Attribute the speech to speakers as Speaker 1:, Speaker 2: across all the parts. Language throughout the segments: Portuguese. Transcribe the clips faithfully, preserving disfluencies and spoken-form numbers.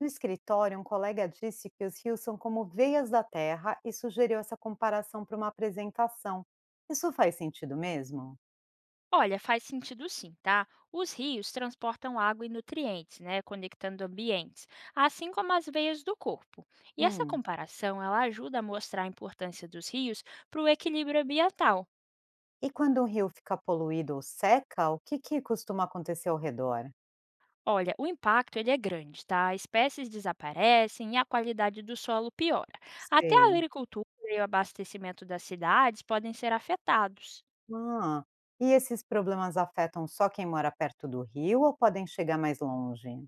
Speaker 1: No escritório, um colega disse que os rios são como veias da terra e sugeriu essa comparação para uma apresentação. Isso faz sentido mesmo?
Speaker 2: Olha, faz sentido sim, tá? Os rios transportam água e nutrientes, né, conectando ambientes, assim como as veias do corpo. E essa
Speaker 1: Hum.
Speaker 2: comparação, ela ajuda a mostrar a importância dos rios para o equilíbrio ambiental.
Speaker 1: E quando um rio fica poluído ou seca, o que, que costuma acontecer ao redor?
Speaker 2: Olha, o impacto ele é grande, tá? Espécies desaparecem e a qualidade do solo piora. Até a
Speaker 1: Sei.
Speaker 2: agricultura e o abastecimento das cidades podem ser afetados.
Speaker 1: Ah, e esses problemas afetam só quem mora perto do rio ou podem chegar mais longe?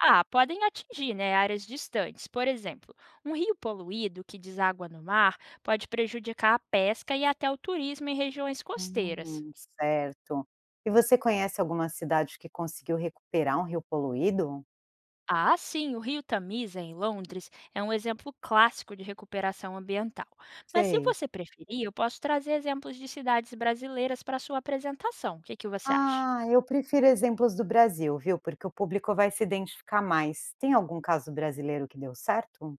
Speaker 2: Ah, podem atingir, né, áreas distantes. Por exemplo, um rio poluído que deságua no mar pode prejudicar a pesca e até o turismo em regiões costeiras.
Speaker 1: Hum, certo. E você conhece alguma cidade que conseguiu recuperar um rio poluído?
Speaker 2: Ah, sim, o Rio Tamisa, em Londres, é um exemplo clássico de recuperação ambiental. Mas se
Speaker 1: Sei.
Speaker 2: você preferir, eu posso trazer exemplos de cidades brasileiras para sua apresentação. O que que você acha?
Speaker 1: Ah, eu prefiro exemplos do Brasil, viu, porque o público vai se identificar mais. Tem algum caso brasileiro que deu certo?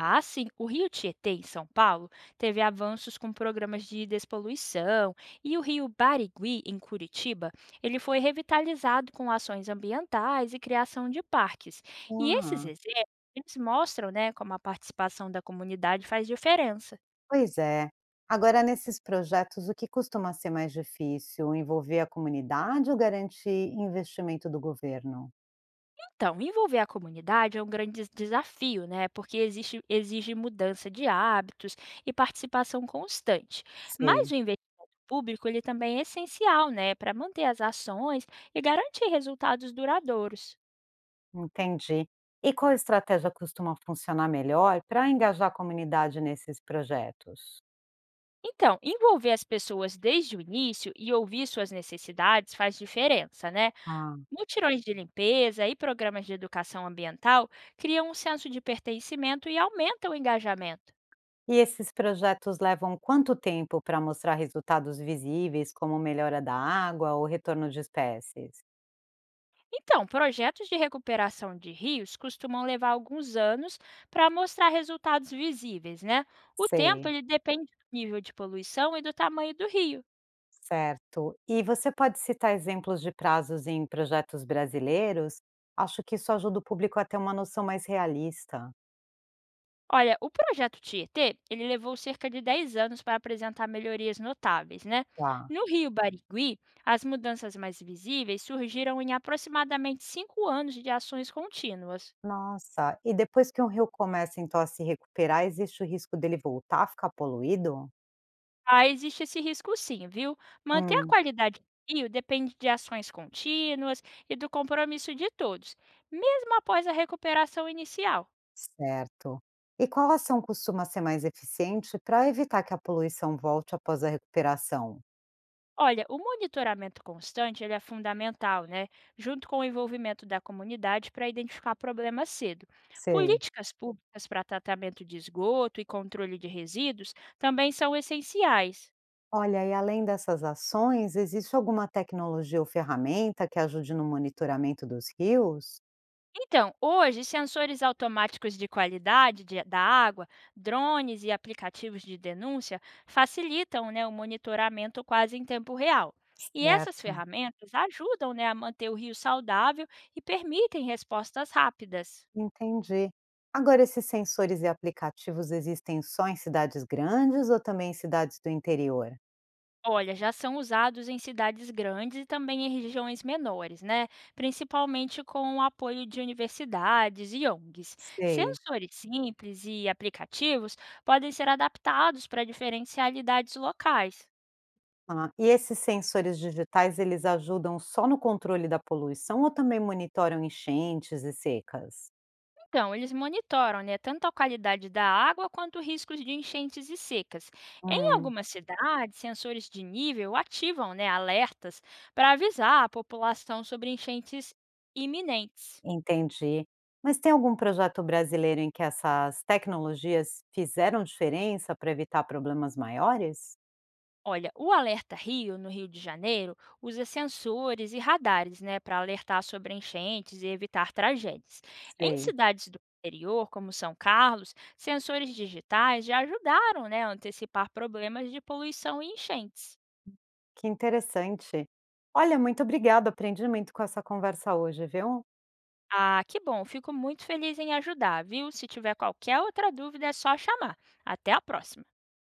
Speaker 2: Ah, sim. O Rio Tietê, em São Paulo, teve avanços com programas de despoluição, e o Rio Barigui, em Curitiba, ele foi revitalizado com ações ambientais e criação de parques. E esses
Speaker 1: Ah,
Speaker 2: exemplos eles mostram, né, como a participação da comunidade faz diferença.
Speaker 1: pois é. Agora, nesses projetos, o que costuma ser mais difícil? Envolver a comunidade ou garantir investimento do governo?
Speaker 2: Então, envolver a comunidade é um grande des- desafio, né? Porque existe, exige mudança de hábitos e participação constante. Mas
Speaker 1: Sei,
Speaker 2: o investimento público ele também é essencial, né? Para manter as ações e garantir resultados duradouros.
Speaker 1: entendi. E qual estratégia costuma funcionar melhor para engajar a comunidade nesses projetos?
Speaker 2: Então, envolver as pessoas desde o início e ouvir suas necessidades faz diferença, né? Mutirões de limpeza e programas de educação ambiental criam um senso de pertencimento e aumentam o engajamento.
Speaker 1: E esses projetos levam quanto tempo para mostrar resultados visíveis, como melhora da água ou retorno de espécies?
Speaker 2: Então, projetos de recuperação de rios costumam levar alguns anos para mostrar resultados visíveis, né? O tempo
Speaker 1: Sei,
Speaker 2: ele depende do nível de poluição e do tamanho do rio.
Speaker 1: certo. E você pode citar exemplos de prazos em projetos brasileiros? Acho que isso ajuda o público a ter uma noção mais realista.
Speaker 2: Olha, o projeto Tietê, ele levou cerca de dez anos para apresentar melhorias notáveis, né?
Speaker 1: Tá.
Speaker 2: No Rio Barigui, as mudanças mais visíveis surgiram em aproximadamente cinco anos de ações contínuas.
Speaker 1: Nossa, e depois que um rio começa então a se recuperar, existe o risco dele voltar a ficar poluído?
Speaker 2: Ah, existe esse risco sim, viu? Manter a
Speaker 1: Hum.
Speaker 2: qualidade do rio depende de ações contínuas e do compromisso de todos, mesmo após a recuperação inicial.
Speaker 1: Certo. E qual ação costuma ser mais eficiente para evitar que a poluição volte após a recuperação?
Speaker 2: Olha, o monitoramento constante ele é fundamental, né? Junto com o envolvimento da comunidade para identificar problemas cedo.
Speaker 1: Sei.
Speaker 2: Políticas públicas para tratamento de esgoto e controle de resíduos também são essenciais.
Speaker 1: Olha, e além dessas ações, existe alguma tecnologia ou ferramenta que ajude no monitoramento dos rios?
Speaker 2: Então, hoje, sensores automáticos de qualidade de- da água, drones e aplicativos de denúncia facilitam, né, o monitoramento quase em tempo real. E essas
Speaker 1: Certo.
Speaker 2: ferramentas ajudam, né, a manter o rio saudável e permitem respostas rápidas.
Speaker 1: Entendi. Agora, esses sensores e aplicativos existem só em cidades grandes ou também em cidades do interior?
Speaker 2: Olha, já são usados em cidades grandes e também em regiões menores, né? Principalmente com o apoio de universidades e O N Gs.
Speaker 1: Sei.
Speaker 2: Sensores simples e aplicativos podem ser adaptados para diferentes realidades locais.
Speaker 1: Ah, e esses sensores digitais, eles ajudam só no controle da poluição ou também monitoram enchentes e secas?
Speaker 2: Então, eles monitoram, né, tanto a qualidade da água quanto riscos de enchentes e secas. Em
Speaker 1: Hum,
Speaker 2: algumas cidades, sensores de nível ativam, né, alertas para avisar a população sobre enchentes iminentes.
Speaker 1: entendi. Mas tem algum projeto brasileiro em que essas tecnologias fizeram diferença para evitar problemas maiores?
Speaker 2: Olha, o Alerta Rio, no Rio de Janeiro, usa sensores e radares, né, para alertar sobre enchentes e evitar tragédias. Em
Speaker 1: Sei.
Speaker 2: cidades do interior, como São Carlos, sensores digitais já ajudaram, né, a antecipar problemas de poluição e enchentes.
Speaker 1: Que interessante. Olha, muito obrigada, aprendi muito com essa conversa hoje, viu?
Speaker 2: Ah, que bom, fico muito feliz em ajudar, viu? Se tiver qualquer outra dúvida, é só chamar. Até a próxima!